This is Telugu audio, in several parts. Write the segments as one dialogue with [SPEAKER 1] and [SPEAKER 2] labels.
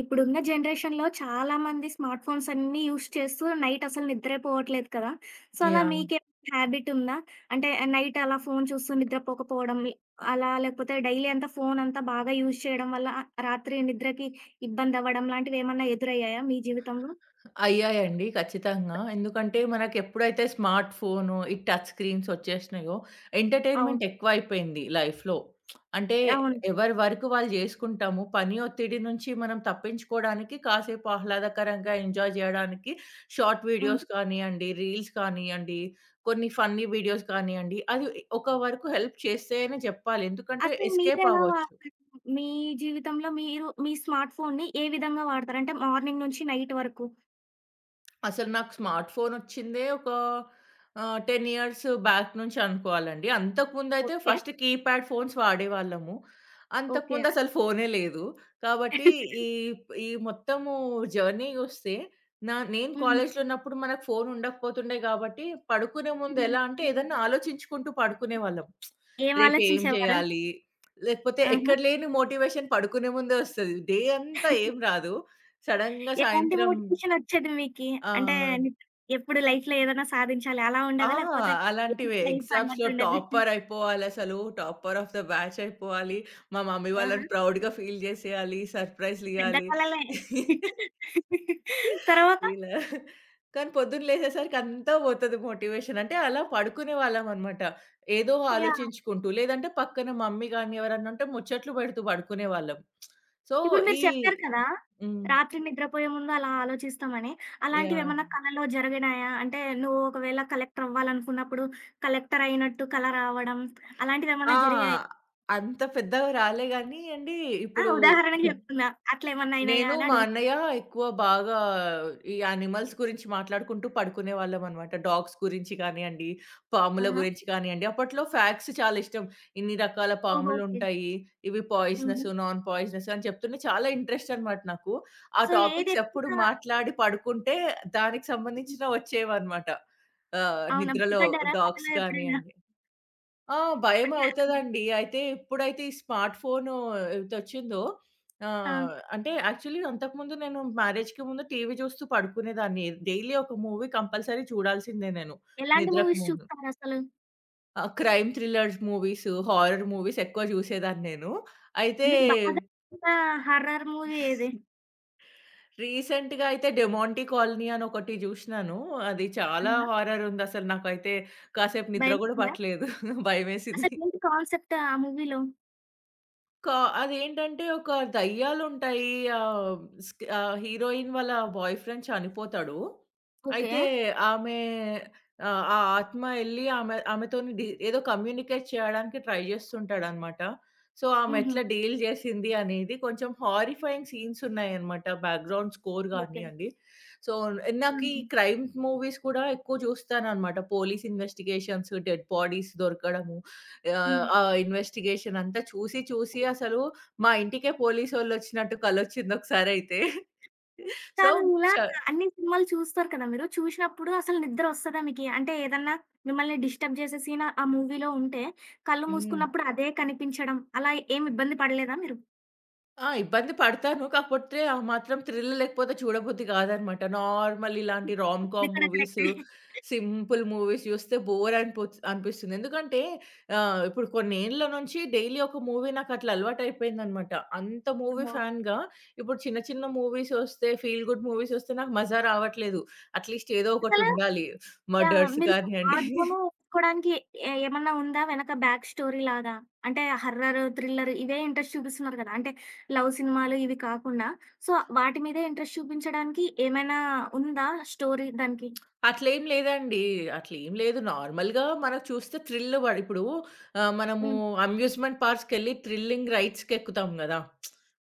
[SPEAKER 1] ఇప్పుడున్న జనరేషన్‌లో చాలామంది స్మార్ట్ ఫోన్స్ అన్నీ యూజ్ చేస్తూ నైట్ అసలు నిద్రే పోవట్లేదు కదా! సో, అలా
[SPEAKER 2] యాహ్!
[SPEAKER 1] మీకేమైనా హ్యాబిట్ ఉందా? అంటే నైట్ అలా ఫోను చూస్తూ నిద్రపోకపోవడం అలా లేకపోతే డైలీ అంతా ఫోనంతా బాగా యూజ్ చేయడం వల్ల రాత్రి నిద్రకి ఇబ్బందవ్వడం లాంటివేమన్నా ఎదురయ్యాయా మీ జీవితంలో?
[SPEAKER 2] అయ్యాయండి ఖచ్చితంగా. ఎందుకంటే మనకెప్పుడైతే స్మార్ట్ ఫోను, ఈ టచ్ స్క్రీన్స్ ఒచ్చేసినాయో
[SPEAKER 1] అవును.
[SPEAKER 2] ఎంటర్‌టైన్‌మెంట్ ఎక్కువైపోయింది లైఫ్‌లో. అంటే
[SPEAKER 1] అవును.
[SPEAKER 2] ఎవరి వరకు వాళ్ళు జేసుకుంటాము. పని ఒత్తిడి నుంచి మనం తప్పించుకోవడానికి కాసేపు ఆహ్లాదకరంగా ఎంజాయ్ జేయడానికి షార్ట్
[SPEAKER 1] హ్మ్.
[SPEAKER 2] వీడియోస్ కానియ్యండి, రీల్స్ కానియ్యండి, కొన్ని ఫన్నీ వీడియోస్ కానియ్యండి, అది ఒక వరకు హెల్ప్ చేస్తే అనే జెప్పాలి. ఎందుకంటే
[SPEAKER 1] అసలు
[SPEAKER 2] ఎస్కేప్
[SPEAKER 1] మీరెలా
[SPEAKER 2] అవ్వచ్చు.
[SPEAKER 1] వాడతారు? మీ జీవితంలో మీరు మీ స్మార్ట్ ఫోన్‌ని ఏ విధంగా వాడతారు? అంటే మార్నింగ్ నుంచి నైట్ వరకు.
[SPEAKER 2] అసలు నాకు స్మార్ట్ ఫోనొచ్చిందే ఒక 10 ఇయర్స్ బ్యాక్ నుంచి అనుకోవాలండి. అంతకుముందయితే
[SPEAKER 1] ఓకే.
[SPEAKER 2] ఫస్ట్ కీప్యాడ్ ఫోన్స్ వాడేవాళ్ళము.
[SPEAKER 1] ఓకే.
[SPEAKER 2] అంతకుముందసలు ఫోనే లేదు. కాబట్టి ఈ ఈ మొత్తము జర్నీ జూస్తే నేను
[SPEAKER 1] హ్మ్.
[SPEAKER 2] కాలేజ్‌లో ఉన్నప్పుడు మనకు ఫోన్ ఉండకపోతుండే గాబట్టి, పడుకునే ముందు
[SPEAKER 1] హ్మ్.
[SPEAKER 2] ఎలా అంటే
[SPEAKER 1] హ్మ్.
[SPEAKER 2] ఏదన్నా ఆలోచించుకుంటూ పడుకునేవాళ్ళం.
[SPEAKER 1] ఏం
[SPEAKER 2] రేపేం
[SPEAKER 1] ఆలోచించేవారు?
[SPEAKER 2] జేయాలి? లేకపోతే
[SPEAKER 1] ఆహా!
[SPEAKER 2] ఎక్కడ లేని మోటివేషన్ పడుకునే ముందే ఒస్తది. డే అంతా ఏం రాదు. సడెన్‌గా
[SPEAKER 1] ఎలాంటి
[SPEAKER 2] సాయంత్రం
[SPEAKER 1] మోటివేషన్ ఒచ్చేది మీకి?
[SPEAKER 2] ఆ!
[SPEAKER 1] అంటే ఎప్పుడు లైఫ్‌లో ఏదైనా సాధించాలి అలా
[SPEAKER 2] ఆ!
[SPEAKER 1] ఉండేదా? లేకపోతే ఏంటి
[SPEAKER 2] అలాంటివే.
[SPEAKER 1] లైఫ్
[SPEAKER 2] ఎగ్జామ్స్‌లో
[SPEAKER 1] అన్నట్టు ఉండేదా?
[SPEAKER 2] టాపర్ అయిపోవాలసలు. టాపర్ ఆఫ్ ద బ్యాచ్ అయిపోవాలి. మా మమ్మీ
[SPEAKER 1] ఆహా!
[SPEAKER 2] వాళ్ళని ప్రౌడ్‌గా ఫీల్ చేసేయాలి.
[SPEAKER 1] పెద్ద
[SPEAKER 2] సర్‌ప్రైజ్‌లియ్యాలి.
[SPEAKER 1] కలలే. తర్వాత
[SPEAKER 2] ఇలా. కానీ పొద్దున్న లేసేసరికి అంతా పోతది మోటివేషన్. అంటే అలా పడుకునేవాళ్ళమనమాట. ఏదో
[SPEAKER 1] యాహ్!
[SPEAKER 2] ఆలోచించుకుంటూ. లేదంటే పక్కన మమ్మీ గాని ఎవరన్నా ఉంటే ముచ్చట్లు పెడుతూ పడుకునేవాళ్ళం. సో,
[SPEAKER 1] ఇప్పుడు మీరు
[SPEAKER 2] ఈ
[SPEAKER 1] చెప్పారు కదా!
[SPEAKER 2] హ్మ్.
[SPEAKER 1] రాత్రి నిద్రపోయే ముందు అలా ఆలోచిస్తామని.
[SPEAKER 2] యాహ్!
[SPEAKER 1] అలాంటివేమన్నా కలలో జరిగినాయా? అంటే నువ్వు ఒకవేళ కలెక్టర్ అవ్వాలనుకున్నప్పుడు కలెక్టర్ అయినట్టు కల రావడం
[SPEAKER 2] ఆ!
[SPEAKER 1] అలాంటివేమన్నా జరిగాయా?
[SPEAKER 2] అంత పెద్దగా రాలే గానీ అండి
[SPEAKER 1] ఆ!
[SPEAKER 2] ఇప్పుడు
[SPEAKER 1] ఉదాహరణకి చెప్తున్నా. అట్లేమన్నా అయినాయా
[SPEAKER 2] నేను,
[SPEAKER 1] అని
[SPEAKER 2] మా
[SPEAKER 1] అడుగుతున్నా.
[SPEAKER 2] అన్నయ్య ఎక్కువ బాగా ఈ యానిమల్స్ గురించి మాట్లాడుకుంటూ పడుకునేవాళ్ళమనమాట. డాగ్స్ గురించి కానియండి, పాముల
[SPEAKER 1] ఆహా!
[SPEAKER 2] గురించి కానియండి. అప్పట్లో ఫ్యాక్ట్స్ చాలా ఇష్టం. ఇన్ని రకాల
[SPEAKER 1] ఓహో! ఓకే.
[SPEAKER 2] పాములుంటాయి, ఇవి
[SPEAKER 1] హ్మ్.
[SPEAKER 2] పాయిజనస్, నాన్ పాయిజనస్ అని చెప్తుంటే చాలా ఇంట్రెస్ట్ అనమాట నాకు. ఆ
[SPEAKER 1] సో
[SPEAKER 2] టాపిక్స్ ఎప్పుడు
[SPEAKER 1] ఏదెక్కువగా
[SPEAKER 2] మాట్లాడి పడుకుంటే దానికి
[SPEAKER 1] హ్మ్.
[SPEAKER 2] సంబంధించిన వచ్చేవన్నమాట.
[SPEAKER 1] అవునా?
[SPEAKER 2] నిద్రలో
[SPEAKER 1] భయపడ్డారా కథలో
[SPEAKER 2] డాగ్స్
[SPEAKER 1] ఎప్పుడైనా?
[SPEAKER 2] కానియండి. ఆ!
[SPEAKER 1] అంటే
[SPEAKER 2] భయమవుతదండి. అయితే ఎప్పుడైతే ఈ స్మార్ట్ ఫోను ఇదొచ్చిందో
[SPEAKER 1] ఆ!
[SPEAKER 2] ఆహ్, అంటే యాక్చువల్లీ అంతకుముందు నేను మ్యారేజ్‌కి ముందు టీవీ చూస్తూ పడుకునేదాన్ని. డైలీ ఒక మూవీ కంపల్సరీ చూడాల్సిందే నేను
[SPEAKER 1] ఎలాంటి
[SPEAKER 2] నిద్రకు
[SPEAKER 1] మూవీస్
[SPEAKER 2] ముందు.
[SPEAKER 1] చూస్తారసలు?
[SPEAKER 2] ఆ! Crime thrillers movies, horror movies ఎక్కువ చూసేదాన్ని నేను. అయితే
[SPEAKER 1] మీకు బాగా నచ్చిన హారర్ మూవీ ఏది?
[SPEAKER 2] రీసెంట్‌గా అయితే 'డెమాంటీ కాలనీ' అని ఒకటి చూసినాను. అది చాలా
[SPEAKER 1] అవునా?
[SPEAKER 2] హారర్ ఉంది. అసలు నాకైతే కాసేపు నిద్ర కూడా
[SPEAKER 1] భయమేసిందా?
[SPEAKER 2] పట్టలేదు. భయమేసింది.
[SPEAKER 1] అసలేంటి కాన్సెప్ట్ ఆ మూవీలో?
[SPEAKER 2] కా అదేంటంటే ఒక దయ్యాలుంటాయి. ఆహ్, హీరోయిన్ వాళ్ళ బాయ్ ఫ్రెండ్ చనిపోతాడు.
[SPEAKER 1] ఓకే.
[SPEAKER 2] అయితే ఆమె ఆ ఆత్మ ఎళ్లి ఆమెతోని ఏదో కమ్యూనికేట్ చేయడానికి ట్రై జేస్తుంటాడనమాట. సో, ఆమె
[SPEAKER 1] హుహు.
[SPEAKER 2] ఎట్లా
[SPEAKER 1] ఓకే.
[SPEAKER 2] డీల్ జేసింది అనేది కొంచెం హారిఫయింగ్ సీన్స్ ఉన్నాయనమాట. Background score
[SPEAKER 1] okay.
[SPEAKER 2] గానియండి. సో, నాకు ఈ
[SPEAKER 1] హ్మ్.
[SPEAKER 2] క్రైమ్ మూవీస్ కూడా ఎక్కువ జూస్తాననమాట. పోలీస్ ఇన్వెస్టిగేషన్స్, డెడ్ బాడీస్ దొరకడము.
[SPEAKER 1] హ్మ్.
[SPEAKER 2] ఆ ఇన్వెస్టిగేషన్ అంతా చూసి అసలు మా ఇంటికే పోలీసోళ్ళొచ్చినట్టు కలొచ్చిందొకసారయితే. సో,
[SPEAKER 1] కాదు ఇలా
[SPEAKER 2] చ
[SPEAKER 1] అన్ని సినిమాలు చూస్తారు కదా మీరు. చూసినప్పుడు అసలు నిద్ర ఒస్తదా మీకి? అంటే ఏదన్నా మిమ్మల్ని డిస్టర్బ్ చేసే సీన్ ఆ మూవీలో ఉంటే, కళ్ళు
[SPEAKER 2] హ్మ్.
[SPEAKER 1] మూసుకున్నప్పుడు అదే కనిపించడం అలా ఏమి ఇబ్బంది పడలేదా మీరు?
[SPEAKER 2] ఆ! ఇబ్బంది పడతాను. కాకపోతే ఆ మాత్రం థ్రిల్ లేకపోతే చూడబుద్ధి కాదనమాట. నార్మల్ ఇలాంటి రామ్
[SPEAKER 1] అది
[SPEAKER 2] కామ్
[SPEAKER 1] కూడా
[SPEAKER 2] మూవీస్,
[SPEAKER 1] కరెక్టే.
[SPEAKER 2] సింపుల్ మూవీస్ చూస్తే బోర్ అనిపిస్తుంది. ఎందుకంటే ఇప్పుడు కొన్నేండ్ల నుంచి డైలీ ఒక మూవీ నాకట్లా అలవాటయిపోయిందనమాట. అంత మూవీ
[SPEAKER 1] ఓకే.
[SPEAKER 2] ఫ్యాన్‌గా ఇప్పుడు చిన్న చిన్న మూవీస్ వస్తే, ఫీల్ గుడ్ మూవీస్ వస్తే నాకు మజా రావట్లేదు. అట్‌లీస్ట్ ఏదో
[SPEAKER 1] అసలు
[SPEAKER 2] ఒకటుండాలి.
[SPEAKER 1] యాహ్!
[SPEAKER 2] మర్డర్స్
[SPEAKER 1] మీరు
[SPEAKER 2] కానియండి.
[SPEAKER 1] ఆల్బమ్ తీసుకోవడానికి ఏ ఏమన్నా ఉందా వెనక బ్యాక్ స్టోరీ లాగా? అంటే హర్రర్, థ్రిల్లర్ ఇవే ఇంట్రెస్ట్ చూపిస్తున్నారు కదా! అంటే లవ్ సినిమాలు ఇవి కాకుండా సో, వాటి మీదే ఇంట్రెస్ట్ చూపించడానికి ఏమైనా ఉందా స్టోరీ దానికి?
[SPEAKER 2] అట్లేం లేదండి. అట్లేం లేదు. నార్మల్‌గా మనం చూస్తే థ్రిల్ పడి ఇప్పుడు మనము
[SPEAKER 1] హ్మ్.
[SPEAKER 2] అమ్యూజ్‌మెంట్ పార్క్స్‌కెళ్ళి థ్రిల్లింగ్ రైడ్స్‌కెక్కుతాం గదా!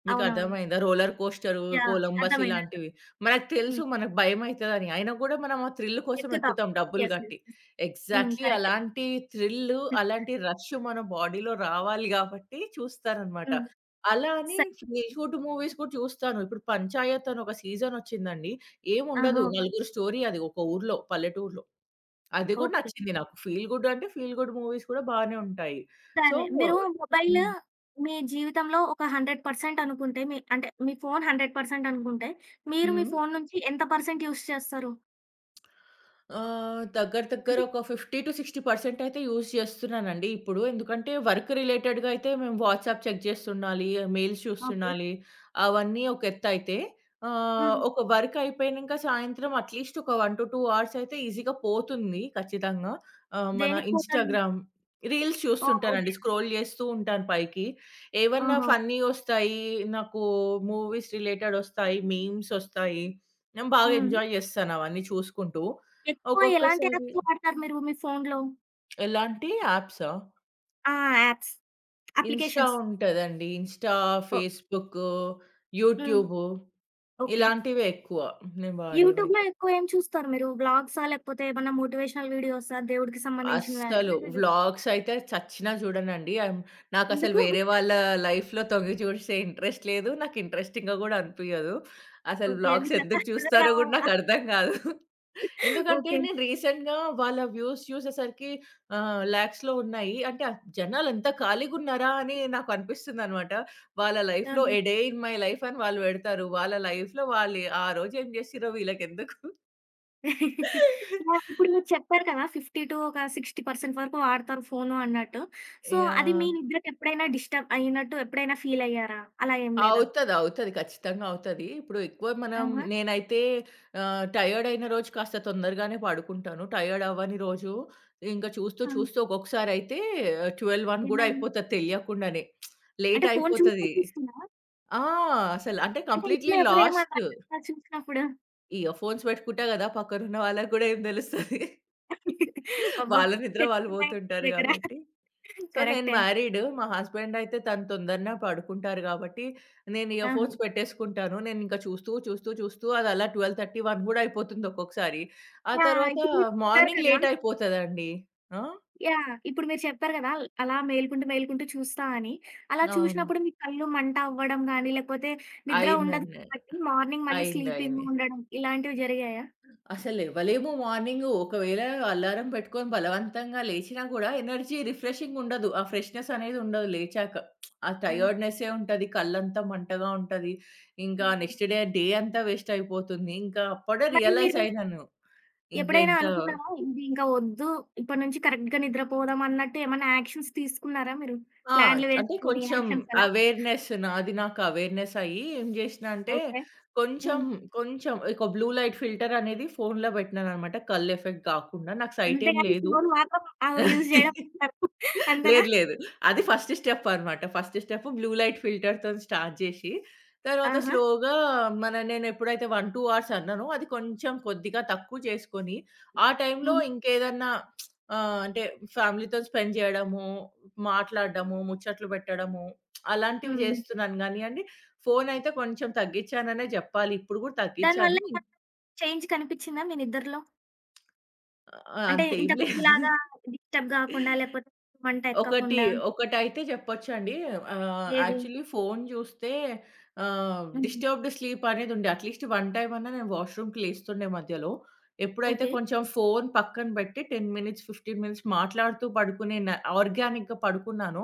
[SPEAKER 2] మీకు
[SPEAKER 1] అవునవును.
[SPEAKER 2] అర్థమైందా? Roller coaster,
[SPEAKER 1] yeah!
[SPEAKER 2] కొలంబస్
[SPEAKER 1] అర్థమైంది. అర్థం
[SPEAKER 2] ఇలాంటివి. మనకు తెలుసు
[SPEAKER 1] హ్మ్.
[SPEAKER 2] మనకు భయమైతదని. అయినా గూడా మనం ఆ థ్రిల్ కోసం
[SPEAKER 1] ఎక్కుతాం.
[SPEAKER 2] ఎక్కుతాం డబ్బులు
[SPEAKER 1] యెస్. యెస్.
[SPEAKER 2] గట్టి.
[SPEAKER 1] యెస్. హ్మ్.
[SPEAKER 2] ఎగ్జాక్ట్‌లీ
[SPEAKER 1] కరెక్టే.
[SPEAKER 2] అలాంటి థ్రిల్, అలాంటి రష్ మన బాడీలో రావాలి గాబట్టి చూస్తారనమాట.
[SPEAKER 1] హ్మ్.
[SPEAKER 2] అలా అని
[SPEAKER 1] సరే.
[SPEAKER 2] ఫీల్ గుడ్ మూవీస్ గూడా చూస్తాను. ఇప్పుడు 'పంచాయత్' అని ఒక సీజనొచ్చిందండి.
[SPEAKER 1] ఆహా!
[SPEAKER 2] ఏముండదు.
[SPEAKER 1] ఓకే.
[SPEAKER 2] నలుగురు స్టోరీ అది ఒక ఊర్లో, పల్లెటూరులో. అది గూడా
[SPEAKER 1] ఓకే.
[SPEAKER 2] నచ్చింది నాకు. ఫీల్ గుడ్ అంటే, ఫీల్ గుడ్ మూవీస్ కూడా బానే ఉంటాయి. సో
[SPEAKER 1] సరే. మీరు మొబైల్
[SPEAKER 2] హ్మ్.
[SPEAKER 1] మీ జీవితంలో ఒక 100% అనుకుంటే మీ అంటే మీ ఫోను 100% అనుకుంటే, మీరు మీ
[SPEAKER 2] హ్మ్.
[SPEAKER 1] ఫోను నుంచి ఎంత పర్సెంట్ యూజ్ చేస్తారు?
[SPEAKER 2] ఆహ్, దగ్గర దగ్గర
[SPEAKER 1] అంటే
[SPEAKER 2] ఒక 50-60% అయితే యూజ్ చేస్తున్నానండి ఇప్పుడు. ఎందుకంటే వర్క్ రిలేటెడ్‌గా అయితే మేము వాట్సాప్ చెక్ చేస్తుండాలి, మెయిల్స్
[SPEAKER 1] ఓకే.
[SPEAKER 2] చూస్తుండాలి, అవన్నీ ఒక ఎత్తయితే.
[SPEAKER 1] హ్మ్.
[SPEAKER 2] ఒక వర్క్ అయిపోయినంక సాయంత్రం అట్‌లీస్ట్ ఒక 1-2 అవర్స్ అయితే ఈజీగా పోతుంది ఖచ్చితంగా. మన
[SPEAKER 1] దేనికి పోతది?
[SPEAKER 2] ఇన్‌స్టాగ్రామ్ రీల్స్
[SPEAKER 1] ఓహ్! ఓకే.
[SPEAKER 2] చూస్తుంటానండి. స్క్రోల్ చేస్తూ ఉంటాను పైకి. ఏవన్నా
[SPEAKER 1] ఓహో!
[SPEAKER 2] ఫన్నీవొస్తాయి, నాకు మూవీస్ రిలేటెడొస్తాయి, మీమ్సొస్తాయి. నేను బాగా
[SPEAKER 1] హ్మ్.
[SPEAKER 2] ఎంజాయ్ చేస్తాను అవన్నీ చూసుకుంటూ.
[SPEAKER 1] ఎక్కువ ఎలాంటి
[SPEAKER 2] ఒక్కొక్కసారి
[SPEAKER 1] యాప్స్ వాడతారు మీరు మీ ఫోనులో?
[SPEAKER 2] ఎలాంటి యాప్సా?
[SPEAKER 1] ఆ! యాప్స్.
[SPEAKER 2] Insta
[SPEAKER 1] applications.
[SPEAKER 2] ఉంటదండి. ఇన్‌స్టా,
[SPEAKER 1] ఓహ్!
[SPEAKER 2] ఫేస్‌బుక్,
[SPEAKER 1] హ్మ్.
[SPEAKER 2] YouTube
[SPEAKER 1] okay.
[SPEAKER 2] ఇలాంటివే ఎక్కువ నేను
[SPEAKER 1] యూట్యూబ్‌లో
[SPEAKER 2] వాడేవైతే.
[SPEAKER 1] ఎక్కువ ఏం చూస్తారు మీరు? వ్లాగ్సా? లేకపోతే ఏమన్నా మోటివేషనల్ వీడియోసా? దేవుడికి సంబంధించినవా?
[SPEAKER 2] అస్సలు వ్లాగ్స్ అయితే చచ్చినా చూడనండి. నాకసలు
[SPEAKER 1] ఎందుకు?
[SPEAKER 2] వేరే వాళ్ళ లైఫ్‌లో తొంగి చూసే ఇంట్రెస్ట్ లేదు. నాకు ఇంట్రెస్టింగ్‌గా గూడా అనిపియదు. అసలు
[SPEAKER 1] ఓకే.
[SPEAKER 2] వ్లాగ్స్
[SPEAKER 1] మీకంత
[SPEAKER 2] ఎందుకు
[SPEAKER 1] అదే
[SPEAKER 2] చూస్తారో గూడా
[SPEAKER 1] కావాలా?
[SPEAKER 2] నాకర్థం గాదు. ఎందుకంటే
[SPEAKER 1] ఓకే.
[SPEAKER 2] నేను రీసెంట్‌గా వాళ్ళ వ్యూస్ చూసేసరికి లాక్స్‌లో ఉన్నాయి. అంటే ఆ జనాలు ఎంత ఖాళీగున్నారా అని నాకు అనిపిస్తుందనమాట. వాళ్ళ లైఫ్‌లో
[SPEAKER 1] ఆహా!
[SPEAKER 2] A day in my life అని వాళ్ళు పెడతారు. వాళ్ళ లైఫ్‌లో వాళ్ళు ఆ రోజు ఏం చేసిర్రో వీళ్ళకెందుకు?
[SPEAKER 1] యాహ్! ఇప్పుడు మీరు చెప్పారు కదా! 50 టు ఒక 60% వరకు వాడతారు ఫోను అన్నట్టు. సో, అది మీ
[SPEAKER 2] యాహ్!
[SPEAKER 1] నిద్రకెప్పుడైనా డిస్టర్బ్ అయినట్టు ఎప్పుడైనా ఫీల్ అయ్యారా? అలా ఏం లేదా?
[SPEAKER 2] అవుతది. ఖచ్చితంగా అవుతది. ఇప్పుడు ఎక్కువ మనం
[SPEAKER 1] ఆహా!
[SPEAKER 2] నేనైతే టైర్డ్ అయిన రోజు కాస్త తొందరగానే పడుకుంటాను. టైర్డ్ అవ్వని రోజు ఇంక చూస్తూ,
[SPEAKER 1] ఆ!
[SPEAKER 2] చూస్తూ ఒక్కొక్కసారయితే 12, 1 గూడా
[SPEAKER 1] ఏమైంది?
[SPEAKER 2] అయిపోతది తెలియకుండానే.
[SPEAKER 1] అంటే
[SPEAKER 2] లేట్
[SPEAKER 1] ఫోను చూస్తూ
[SPEAKER 2] అయిపోతది.
[SPEAKER 1] చూస్తున్నారా?
[SPEAKER 2] ఆ! అసలు అంటే
[SPEAKER 1] అంటే ఇంట్లో
[SPEAKER 2] కంప్లీట్‌లీ
[SPEAKER 1] ఎవరేమనరా
[SPEAKER 2] లాస్ట్.
[SPEAKER 1] అలా చూసినప్పుడు?
[SPEAKER 2] ఇయర్ ఫోన్స్ పెట్టుకుంటా గదా! పక్కనున్న వాళ్ళకి గూడా ఏం తెలుస్తది.
[SPEAKER 1] అబ్బా!
[SPEAKER 2] వాళ్ళ నిద్ర వాళ్ళు పోతుంటారు
[SPEAKER 1] దగ్గర
[SPEAKER 2] గాబట్టి. సో, నేను
[SPEAKER 1] కరెక్టే.
[SPEAKER 2] మ్యారీడ్. మా హస్బెండ్ అయితే తను తొందరనే పడుకుంటారు గాబట్టి, నేను ఇయర్
[SPEAKER 1] ఆహా!
[SPEAKER 2] ఫోన్స్ పెట్టేసుకుంటాను. నేనింకా చూస్తూ అది అలా 12:30, 1 గూడా అయిపోతుంది ఒక్కొక్కసారి. ఆ
[SPEAKER 1] యాహ్!
[SPEAKER 2] తర్వాత
[SPEAKER 1] అయితే మీరు చెప్పారు
[SPEAKER 2] మార్నింగ్
[SPEAKER 1] కదా!
[SPEAKER 2] లేట్ అయిపోతదండి. ఆ!
[SPEAKER 1] యాహ్! ఇప్పుడు మీరు చెప్పారు గదా! అలా మేలుకుంటూ, మేలుకుంటూ చూస్తా అని. అలా
[SPEAKER 2] అవును.
[SPEAKER 1] చూసినప్పుడు మీ కళ్ళు మంట అవ్వడం గానీ, లేకపోతే నిద్ర ఉండదు
[SPEAKER 2] అయిందండి.
[SPEAKER 1] కాబట్టి మార్నింగ్ మళ్ళీ
[SPEAKER 2] అయింది.
[SPEAKER 1] స్లీపింగ్
[SPEAKER 2] అయింది.
[SPEAKER 1] ఉండడం ఇలాంటివి జరిగాయా?
[SPEAKER 2] అసలెవ్వలేము మార్నింగు. ఒకవేళ అలారం పెట్టుకొని బలవంతంగా లేచినా గూడా ఎనర్జీ రిఫ్రెషింగుండదు. ఆ ఫ్రెష్‌నెస్ అనేదుండదు లేచాక. ఆ
[SPEAKER 1] హ్మ్.
[SPEAKER 2] టయర్డ్‌నెస్సే ఉంటది. కళ్ళంతా మంటగా ఉంటది. ఇంకా
[SPEAKER 1] హ్మ్.
[SPEAKER 2] నెక్స్ట్ డే, డే అంతా వేస్ట్ అయిపోతుంది. ఇంకా అప్పుడే
[SPEAKER 1] మరి
[SPEAKER 2] రియలైజ్
[SPEAKER 1] మీరు
[SPEAKER 2] అయినాను. ఇంకా
[SPEAKER 1] ఎప్పుడైనా
[SPEAKER 2] ఇంత
[SPEAKER 1] అనుకున్నారా? ఇది ఇంకా వద్దు. ఇప్పటి నుంచి కరెక్ట్‌గా నిద్రపోదాం అన్నట్టు ఏమన్నా యాక్షన్స్ తీసుకున్నారా మీరు?
[SPEAKER 2] ఆ!
[SPEAKER 1] ప్లాన్‌లు
[SPEAKER 2] అంటే
[SPEAKER 1] వేసుకొని
[SPEAKER 2] కొంచెం
[SPEAKER 1] యాక్షన్స్ అలా?
[SPEAKER 2] అవేర్‌నెస్ నాది నాకు అవేర్‌నెస్ అయ్యి ఏం జేసినా అంటే
[SPEAKER 1] ఓకే.
[SPEAKER 2] కొంచెం,
[SPEAKER 1] హ్మ్.
[SPEAKER 2] కొంచెం ఒక బ్లూ లైట్ ఫిల్టర్ అనేది ఫోన్‌లో బెట్టినాననమాట. కళ్ళు ఎఫెక్ట్ గాకుండా. నాకు సైట్ ఏం
[SPEAKER 1] అంతేగాని
[SPEAKER 2] లేదు.
[SPEAKER 1] ఫోను మాత్రం యూజ్ చేయడం అంతేనా?
[SPEAKER 2] లేదు. అది ఫస్ట్ స్టెప్ అనమాట. ఫస్ట్ స్టెప్ బ్లూ లైట్ ఫిల్టర్‌తోని స్టార్ట్ జేషి, తర్వాత
[SPEAKER 1] ఆహా!
[SPEAKER 2] స్లోగా నేనెప్పుడైతే 1, 2 అవర్స్ అన్నానో అది కొంచెం కొద్దిగా తక్కువ చేసుకొని, ఆ టైంలో
[SPEAKER 1] హ్మ్.
[SPEAKER 2] ఇంకేదన్నా అంటే ఫ్యామిలీతో స్పెండ్ జేయడము, మాట్లాడడము, ముచ్చట్లు పెట్టడము అలాంటివి
[SPEAKER 1] హ్మ్.
[SPEAKER 2] జేస్తున్నాను గానీయండి. ఫోనయితే కొంచెం తగ్గించాననే జెప్పాలి. ఇప్పుడు గూడా
[SPEAKER 1] దానివల్ల
[SPEAKER 2] తగ్గించాను.
[SPEAKER 1] ఏమన్నా చేంజ్ కనిపిచ్చిందా మీ నిద్దరలో? అంటే
[SPEAKER 2] అంతేం లేదు.
[SPEAKER 1] ఇంతకుముందులాగా డిస్టర్బ్ గాకుండా లేకపోతే మంట
[SPEAKER 2] ఒకటి
[SPEAKER 1] ఎక్కకుండా
[SPEAKER 2] ఒకటైతే చెప్పొచ్చండి.
[SPEAKER 1] ఏది?
[SPEAKER 2] యాక్చువల్లీ ఫోను జూస్తే
[SPEAKER 1] హ్మ్.
[SPEAKER 2] డిస్టర్బ్‌డ్ స్లీప్ అనేది ఉండే. అట్‌లీస్ట్ వన్ టైమ్ అన్నా నేను వాష్‌రూమ్‌కి లేస్తుండే మధ్యలో. ఎప్పుడైతే
[SPEAKER 1] ఓకే.
[SPEAKER 2] కొంచెం ఫోను పక్కన బెట్టి 10 మినిట్స్, 15 మినిట్స్ మాట్లాడుతూ పడుకునే ఆర్గానిక్‌గా పడుకున్నానో,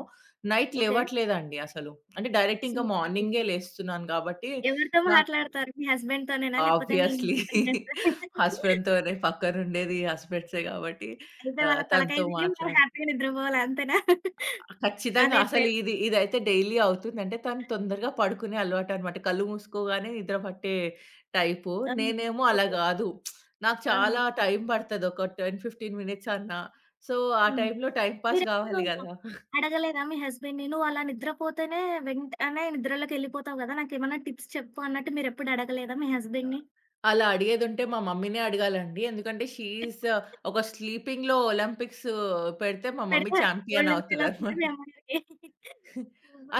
[SPEAKER 2] నైట్
[SPEAKER 1] ఓకే.
[SPEAKER 2] లేవట్లేదండి అసలు. అంటే డైరెక్ట్ ఇంకా
[SPEAKER 1] సూపర్.
[SPEAKER 2] మార్నింగే
[SPEAKER 1] సూపర్.
[SPEAKER 2] లేస్తున్నాను గాబట్టి,
[SPEAKER 1] ఎవరితో
[SPEAKER 2] నాకు
[SPEAKER 1] మాట్లాడతారు? మీ హస్బెండ్‌తోనేనా? లేకపోతే మీ
[SPEAKER 2] ఆబ్వియస్‌లీ
[SPEAKER 1] ఇంట్లో
[SPEAKER 2] హస్బెండ్‌తోనే పక్కనుండేది హస్బెండ్సే గాబట్టి
[SPEAKER 1] అయితే వాళ్ళ తలకాయ
[SPEAKER 2] తనతో
[SPEAKER 1] తిని మీరు
[SPEAKER 2] మాట్లాడుతూ
[SPEAKER 1] హ్యాపీగా నిద్రపోవాలి అంతేనా? ఆ!
[SPEAKER 2] ఖచ్చితంగా.
[SPEAKER 1] లేదు
[SPEAKER 2] అసలు
[SPEAKER 1] లేదు.
[SPEAKER 2] ఇదైతే డైలీ అవుతుందంటే తను తొందరగా పడుకునే అలవాటనమాట. కళ్ళు మూసుకోగానే నిద్ర పట్టే టైపు.
[SPEAKER 1] ఆహా!
[SPEAKER 2] నేనేమో అలా
[SPEAKER 1] ఓకే.
[SPEAKER 2] గాదు. నాకు
[SPEAKER 1] ఆహా!
[SPEAKER 2] చాలా టైం పడతది. ఒక 10, 15 మినిట్స్ అన్నా. సో, ఆ
[SPEAKER 1] హ్మ్.
[SPEAKER 2] టైంలో టైమ్ పాస్
[SPEAKER 1] మీరెప్పుడు
[SPEAKER 2] గావాలి గదా!
[SPEAKER 1] అడగలేదా మీ హస్బెండ్‌ని? నువ్వలా నిద్రపోతేనే వెంటనే నిద్రలోకెళ్ళిపోతావు గదా! నాకేమన్నా టిప్స్ చెప్పు అన్నట్టు మీరెప్పుడు అడగలేదా మీ హస్బెండ్‌ని?
[SPEAKER 2] అలా అడిగేదుంటే మా మమ్మీనే అడగాలండి. ఎందుకంటే షీ ఈస్ ఒక స్లీపింగ్‌లో ఒలింపిక్స్ పెడితే మా మమ్మీ
[SPEAKER 1] పెడితే
[SPEAKER 2] చాంపియన్
[SPEAKER 1] గోల్డ్ మెడలొస్తది
[SPEAKER 2] అవుతదనమాట.
[SPEAKER 1] మీ అమ్మగారికి.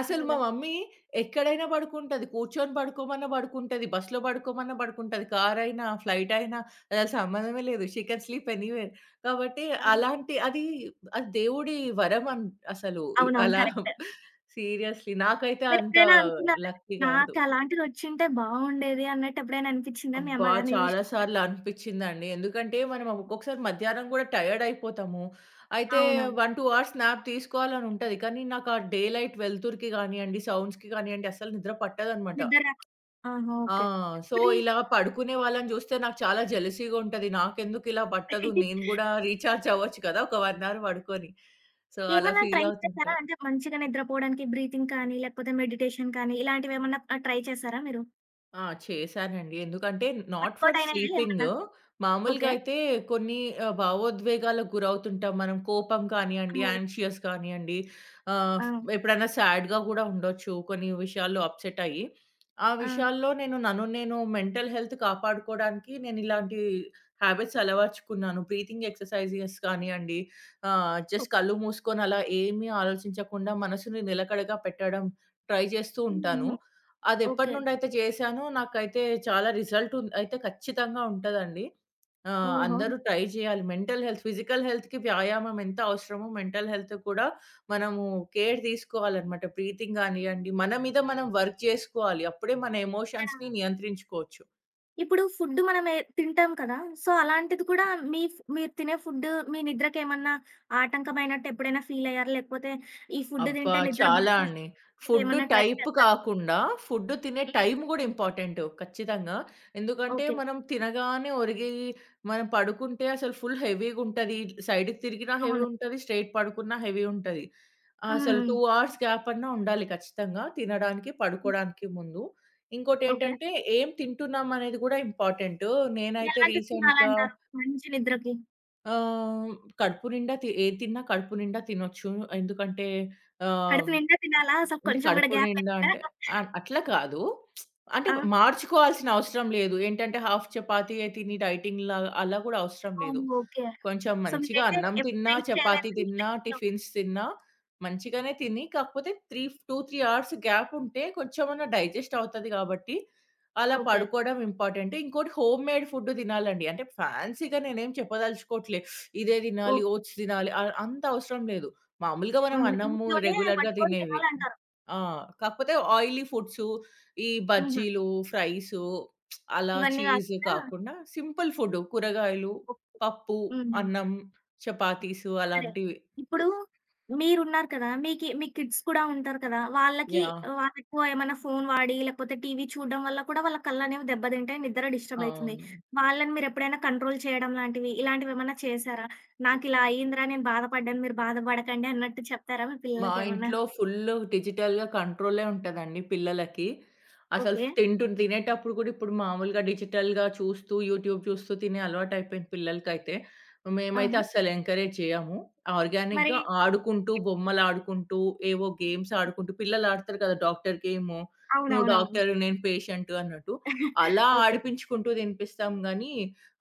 [SPEAKER 2] అసలు మా మమ్మీ ఎక్కడైనా పడుకుంటది. కూర్చొని పడుకోమన్నా పడుకుంటది. బస్‌లో పడుకోమన్నా పడుకుంటది. కారైనా, ఫ్లైట్ అయినా అసలు సంబంధమే లేదు. She can sleep anywhere. కాబట్టి
[SPEAKER 1] ఆ!
[SPEAKER 2] అలాంటి అది అది దేవుడి వరం అసలు.
[SPEAKER 1] అవునవును.
[SPEAKER 2] అలా
[SPEAKER 1] కరెక్టే.
[SPEAKER 2] సీరియస్‌లీ. నాకైతే అంత
[SPEAKER 1] మీరెప్పుడైనా అనుకున్నారా?
[SPEAKER 2] లక్కీ కాదు.
[SPEAKER 1] నాకలాంటిదొచ్చింటే బావుండేది అన్నట్టెప్పుడైనా అనిపిచ్చిందా మీ
[SPEAKER 2] అబ్బా!
[SPEAKER 1] అమ్మగారిని
[SPEAKER 2] చాలా
[SPEAKER 1] చూసినప్పుడు?
[SPEAKER 2] సార్లు అనిపిచ్చిందండి. ఎందుకంటే మనం ఒక్కొక్కసారి మధ్యాహ్నం గూడా టైర్డ్ అయిపోతాము. అయితే
[SPEAKER 1] అవునవును.
[SPEAKER 2] 1, 2 అవర్స్ న్యాప్ తీసుకోవాలని ఉంటది. కానీ నాకు ఆ డే లైట్ వెలుతురుకి గానియండి, సౌండ్స్‌కి గానియండి అస్సలు నిద్ర పట్టదనమాట.
[SPEAKER 1] నిద్ర రాక ఆహా!
[SPEAKER 2] ఆ!
[SPEAKER 1] ఓకే.
[SPEAKER 2] సో, ఇలా పడుకునే వాళ్ళని జూస్తే నాకు చాలా జెలసీగా ఉంటది. నాకెందుకు ఇలా పట్టదు?
[SPEAKER 1] మరి
[SPEAKER 2] నేను గూడా రీచార్జ్ అవ్వచ్చు కదా! ఒక 1 అవర్ పడుకొని. సో, అలా
[SPEAKER 1] ఏమన్నా ట్రై
[SPEAKER 2] ఫీల్
[SPEAKER 1] చేసారా?
[SPEAKER 2] అవుతుంటా.
[SPEAKER 1] అంటే మంచిగా నిద్రపోవడానికి బ్రీతింగ్ కానీ, లేకపోతే మెడిటేషన్ కానీ ఇలాంటివేమన్నా ట్రై చేసారా మీరు?
[SPEAKER 2] ఆ! చేశానండి. ఎందుకంటే నాట్
[SPEAKER 1] వర్కౌట్
[SPEAKER 2] ఫర్
[SPEAKER 1] అయినాయా
[SPEAKER 2] స్లీపింగ్.
[SPEAKER 1] ఏమన్నా?
[SPEAKER 2] మామూలుగా
[SPEAKER 1] ఓకే.
[SPEAKER 2] అయితే కొన్ని భావోద్వేగాలకు గురవుతుంటాం మనం. కోపం కానియండి,
[SPEAKER 1] అవును.
[SPEAKER 2] యాంగ్షియస్ కానియండి, ఆహ్,
[SPEAKER 1] ఆ!
[SPEAKER 2] ఎప్పుడైనా సాడ్‌గా కూడా ఉండొచ్చు కొన్ని విషయాల్లో అప్‌సెట్ అయ్యి. ఆ
[SPEAKER 1] ఆ!
[SPEAKER 2] విషయాల్లో నన్ను నేను మెంటల్ హెల్త్ కాపాడుకోవడానికి నేను ఇలాంటి హాబిట్స్ అలవర్చుకున్నాను. బ్రీతింగ్ ఎక్సర్‌సైజెస్ కానియండి,
[SPEAKER 1] ఓ
[SPEAKER 2] జస్ట్ కళ్ళు మూసుకొని అలా ఏమీ ఆలోచించకుండా మనసుని నిలకడగా పెట్టడం ట్రై చేస్తూ ఉంటాను.
[SPEAKER 1] హుహు. ఓకే.
[SPEAKER 2] అదెప్పటినుండైతే చేశానో నాకైతే చాలా రిజల్ట్ అయితే ఖచ్చితంగా ఉంటదండి.
[SPEAKER 1] ఓహో!
[SPEAKER 2] అందరూ ట్రై చేయాలి. మెంటల్ హెల్త్, ఫిజికల్ హెల్త్‌కి వ్యాయామం ఎంత అవసరమో మెంటల్ హెల్త్ కూడా మనము కేర్ తీసుకోవాలనమాట. బ్రీతింగ్ గానియ్యండి, మన మీద మనం వర్క్ చేసుకోవాలి. అప్పుడే మన
[SPEAKER 1] యాహ్!
[SPEAKER 2] ఎమోషన్స్‌ని నియంత్రించుకోవచ్చు.
[SPEAKER 1] ఇప్పుడు ఫుడ్ మనం ఎ తింటాం కదా! సో, అలాంటిది కూడా మీ ఫ్ మీరు తినే ఫుడ్ మీ నిద్రకేమన్నా ఆటంకమైనట్టు ఎప్పుడైనా ఫీల్ అయ్యారా? లేకపోతే ఈ ఫుడ్
[SPEAKER 2] అబ్బా!
[SPEAKER 1] తింటే నిద్ర బాగా
[SPEAKER 2] చాలా అండి.
[SPEAKER 1] వస్తుంది
[SPEAKER 2] ఫుడ్డు
[SPEAKER 1] ఏమన్నా ట్రై
[SPEAKER 2] టైప్
[SPEAKER 1] చేసారా?
[SPEAKER 2] కాకుండా, ఫుడ్డు తినే
[SPEAKER 1] హ్మ్.
[SPEAKER 2] టైం గూడా ఇంపార్టెంటు ఖచ్చితంగా. ఎందుకంటే,
[SPEAKER 1] ఓకే.
[SPEAKER 2] మనం తినగానే ఒరిగి, మనం పడుకుంటే అసలు ఫుల్ హెవీగుంటది. సైడ్‌కి తిరిగినా హెవీ
[SPEAKER 1] అవును.
[SPEAKER 2] ఉంటది, స్ట్రెయిట్ పడుకున్నా హెవీ ఉంటది.
[SPEAKER 1] హ్మ్.
[SPEAKER 2] అసలు
[SPEAKER 1] హ్మ్.
[SPEAKER 2] 2 అవర్స్ గ్యాప్ అన్నా ఉండాలి ఖచ్చితంగా. తినడానికి,
[SPEAKER 1] హ్మ్.
[SPEAKER 2] పడుకోడానికి ముందు.
[SPEAKER 1] ఓకే.
[SPEAKER 2] ఇంకోటేంటంటే, ఏం తింటున్నాం అనేది గూడా ఇంపార్టెంటు. నేనైతే
[SPEAKER 1] ఎలాంటివి
[SPEAKER 2] రీసెంట్‌గా
[SPEAKER 1] తినాలంటారు మంచి నిద్రకి?
[SPEAKER 2] ఆహ్, కడుపు నిండా ఏది తిన్నా కడుపు నిండా తినొచ్చు. ఎందుకంటే ఆహ్
[SPEAKER 1] కడుపు నిండా తినాలా? అసలు
[SPEAKER 2] అంటే
[SPEAKER 1] కొంచెం గూడా
[SPEAKER 2] కడుపు
[SPEAKER 1] గ్యాప్
[SPEAKER 2] నిండా
[SPEAKER 1] లేకుండా
[SPEAKER 2] అంటే అట్లా కాదు. అంటే
[SPEAKER 1] ఆ!
[SPEAKER 2] మార్చుకోవాల్సిన అవసరం లేదు. ఏంటంటే హాఫ్ చపాతీయే తిని డైటింగ్‌లాగా అలా కూడా అవసరం లేదు.
[SPEAKER 1] అవును. ఓకే.
[SPEAKER 2] కొంచెం
[SPEAKER 1] సో,
[SPEAKER 2] మంచిగా
[SPEAKER 1] మీరైతే
[SPEAKER 2] అన్నం
[SPEAKER 1] ఎప్పుడు
[SPEAKER 2] తిన్నా,
[SPEAKER 1] డైట్
[SPEAKER 2] చపాతీ
[SPEAKER 1] చేయలేదు. మీ
[SPEAKER 2] తిన్నా,
[SPEAKER 1] లైఫ్‌లో
[SPEAKER 2] టిఫిన్స్ తిన్నా మంచిగానే తిని, కాకపోతే 2, 3 అవర్స్ గ్యాప్ ఉంటే కొంచెమన్నా డైజెస్ట్ అవుతది కాబట్టి, అలా
[SPEAKER 1] ఓకే.
[SPEAKER 2] పడుకోవడం ఇంపార్టెంట్. ఇంకోటి హోమ్‌మేడ్ ఫుడ్ తినాలండి. అంటే ఫ్యాన్సీగా నేనేం చెప్పదలుచుకోవట్లే. ఇదే తినాలి,
[SPEAKER 1] ఓకే.
[SPEAKER 2] ఓట్స్ తినాలి అంత అవసరం లేదు. మామూలుగా మనం
[SPEAKER 1] హ్మ్.
[SPEAKER 2] అన్నము
[SPEAKER 1] ఇంట్లోనే
[SPEAKER 2] రెగ్యులర్‌గా
[SPEAKER 1] వండుకొని
[SPEAKER 2] తినేవి.
[SPEAKER 1] తినాలంటారు.
[SPEAKER 2] ఆ! కాకపోతే ఆయిలీ ఫుడ్సు, ఈ
[SPEAKER 1] హుహు.
[SPEAKER 2] బజ్జీలు, ఫ్రైసు అలా
[SPEAKER 1] ఇవన్నీ
[SPEAKER 2] చీజ్
[SPEAKER 1] గాకుండా
[SPEAKER 2] కాకుండా సింపుల్ ఫుడ్ కూరగాయలు
[SPEAKER 1] ఓకే.
[SPEAKER 2] పప్పు,
[SPEAKER 1] హ్మ్.
[SPEAKER 2] అన్నం, చపాతీసు
[SPEAKER 1] సరే.
[SPEAKER 2] అలాంటివి.
[SPEAKER 1] ఇప్పుడు మీరున్నారు కదా! మీకి మీ కిడ్స్ కూడా ఉంటారు కదా! వాళ్ళకి
[SPEAKER 2] యాహ్!
[SPEAKER 1] వాళ్ళెక్కువ ఏమన్నా ఫోను వాడి, లేకపోతే టీవీ చూడడం వల్ల కూడా వాళ్ళ కళ్ళనేవి దెబ్బతింటాయి. నిద్ర డిస్టర్బ్ అయితుంది.
[SPEAKER 2] అవును.
[SPEAKER 1] వాళ్ళని మీరెప్పుడైనా కంట్రోల్ చేయడం లాంటివి, ఇలాంటివేమన్నా చేశారా? నాకిలా అయిందిరా! నేను బాధపడ్డాను. మీరు బాధపడకండి అన్నట్టు చెప్తారా మీ
[SPEAKER 2] మా
[SPEAKER 1] పిల్లలకేమన్నా?
[SPEAKER 2] ఇంట్లో ఫుల్లు డిజిటల్‌గా కంట్రోలే ఉంటదండి పిల్లలకి. అసలు
[SPEAKER 1] ఓకే.
[SPEAKER 2] తినేటప్పుడు కూడా ఇప్పుడు మామూలుగా డిజిటల్‌గా చూస్తూ, యూట్యూబ్ చూస్తూ తినే అలవాటయిపోయింది పిల్లలకైతే. మేమైతే
[SPEAKER 1] ఆహా!
[SPEAKER 2] అస్సలు ఎంకరేజ్ చేయము. ఆర్గానిక్‌గా
[SPEAKER 1] మరి
[SPEAKER 2] ఆడుకుంటూ, బొమ్మలాడుకుంటూ, ఏవో గేమ్స్ ఆడుకుంటూ పిల్లలు ఆడతారు కదా! Doctor game. నువ్వు
[SPEAKER 1] అవునవునవును.
[SPEAKER 2] డాక్టర్, నేను పేషెంట్ అన్నట్టు. అలా
[SPEAKER 1] ఓకే.
[SPEAKER 2] ఆడిపించుకుంటూ తినిపిస్తాం గానీ,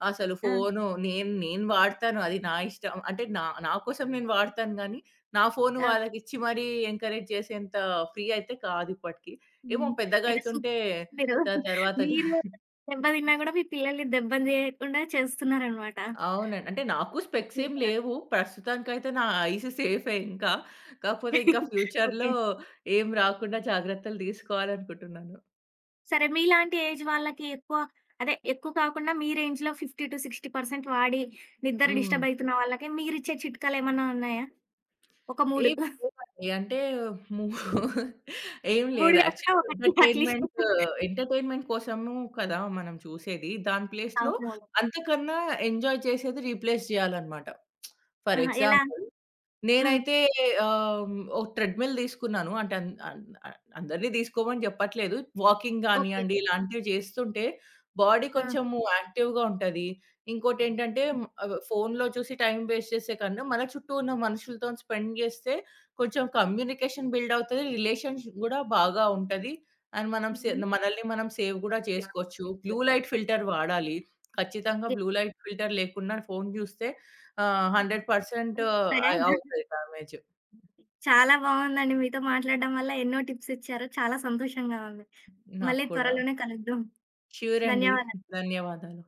[SPEAKER 2] అసలు
[SPEAKER 1] ఆ!
[SPEAKER 2] ఫోను నేను నేను వాడతాను అది నా ఇష్టం. అంటే నా నా కోసం నేను వాడతాను గానీ, నా ఫోను
[SPEAKER 1] ఆ!
[SPEAKER 2] వాళ్ళకిచ్చి మరీ ఎంకరేజ్ చేసేంత ఫ్రీ అయితే కాదు ఇప్పటికి. ఏమో
[SPEAKER 1] హ్మ్.
[SPEAKER 2] పెద్దగా
[SPEAKER 1] అయితే సు
[SPEAKER 2] అయితుంటే
[SPEAKER 1] మీరు
[SPEAKER 2] త తర్వాత జ-
[SPEAKER 1] మీరు దెబ్బతిన్నా గూడా మీ పిల్లల్ని దెబ్బలు తియ్యకుండా చేస్తున్నారనమాట.
[SPEAKER 2] అవునండి. అంటే నాకు స్పెక్స్ ఏం
[SPEAKER 1] సూపర్.
[SPEAKER 2] లేవు. ప్రస్తుతానికైతే నా ఐస్ సేఫే ఇంకా. కాకపోతే ఇంకా
[SPEAKER 1] ఓకే.
[SPEAKER 2] ఫ్యూచర్‌లో ఏం రాకుండా జాగ్రత్తలు తీసుకోవాలనుకుంటున్నాను.
[SPEAKER 1] సరే మీలాంటి ఏజ్ వాళ్ళకి ఎక్కువ అదే ఎక్కువ కాకుండా మీ రేంజ్‌లో 50-60% వాడి నిద్ర
[SPEAKER 2] హ్మ్.
[SPEAKER 1] డిస్టర్బ్ అయితున్న వాళ్ళకి మీరిచ్చే చిట్కాలేమన్నా ఉన్నాయా? ఒక 3.
[SPEAKER 2] ఏం లేవండి. అంటే మూ ఏం
[SPEAKER 1] 3
[SPEAKER 2] లేదు.
[SPEAKER 1] కాకుండా
[SPEAKER 2] యాక్చువల్‌గా
[SPEAKER 1] ఒకటి అట్‌లీస్ట్.
[SPEAKER 2] ఎంటర్‌టైన్‌మెంట్ కోసము కదా! మనం చూసేది. దాని ప్లేస్‌లో
[SPEAKER 1] అవునవును.
[SPEAKER 2] అంతకన్నా ఎంజాయ్ చేసేది రీప్లేస్ చేయాలన్నమాట. ఫర్
[SPEAKER 1] ఆహా! ఎలా?
[SPEAKER 2] ఎగ్జాంపుల్
[SPEAKER 1] హ్మ్.
[SPEAKER 2] నేనైతే ఆహ్, ఒక ట్రెడ్‌మిల్ తీసుకున్నాను. అంటే అన్ అన్ అ అందరిని తీసుకోమని చెప్పట్లేదు. Walking
[SPEAKER 1] okay.
[SPEAKER 2] గానియండి, ఇలాంటివి చేస్తుంటే బాడీ
[SPEAKER 1] ఆ!
[SPEAKER 2] కొంచెము యాక్టివ్‌గా ఉంటది. ఇంకోటేంటంటే ఫోన్‌లో చూసి టైమ్ వేస్ట్ చేసే కన్నా, మన చుట్టూ ఉన్న మనుషులతోని స్పెండ్ చేస్తే కొంచెం కమ్యూనికేషన్ బిల్డ్ అవుతది. రిలేషన్‌షిప్ గూడా బాగా ఉంటది. అండ్ మనం సే
[SPEAKER 1] హుహు.
[SPEAKER 2] మనల్ని మనం సేవ్ గూడా చేసుకోవచ్చు. బ్లూ లైట్ ఫిల్టర్ వాడాలి. ఖచ్చితంగా
[SPEAKER 1] ఓకే.
[SPEAKER 2] బ్లూ లైట్ ఫిల్టర్ లేకుండా ఫోను చూస్తే ఆ! 100%
[SPEAKER 1] ఉంటాయా ఇంకా?
[SPEAKER 2] అవుతది డామేజ్
[SPEAKER 1] చాలా బావుందండి. మీతో మాట్లాడడం వల్ల ఎన్నో టిప్స్ ఇచ్చారు. చాలా సంతోషంగా ఉంది.
[SPEAKER 2] నాకు
[SPEAKER 1] మళ్ళీ
[SPEAKER 2] కూడా.
[SPEAKER 1] త్వరలోనే కలుద్దాం.
[SPEAKER 2] ష్యూర్ అండి.
[SPEAKER 1] ధన్యవాదాలు.
[SPEAKER 2] ధన్యవాదాలు.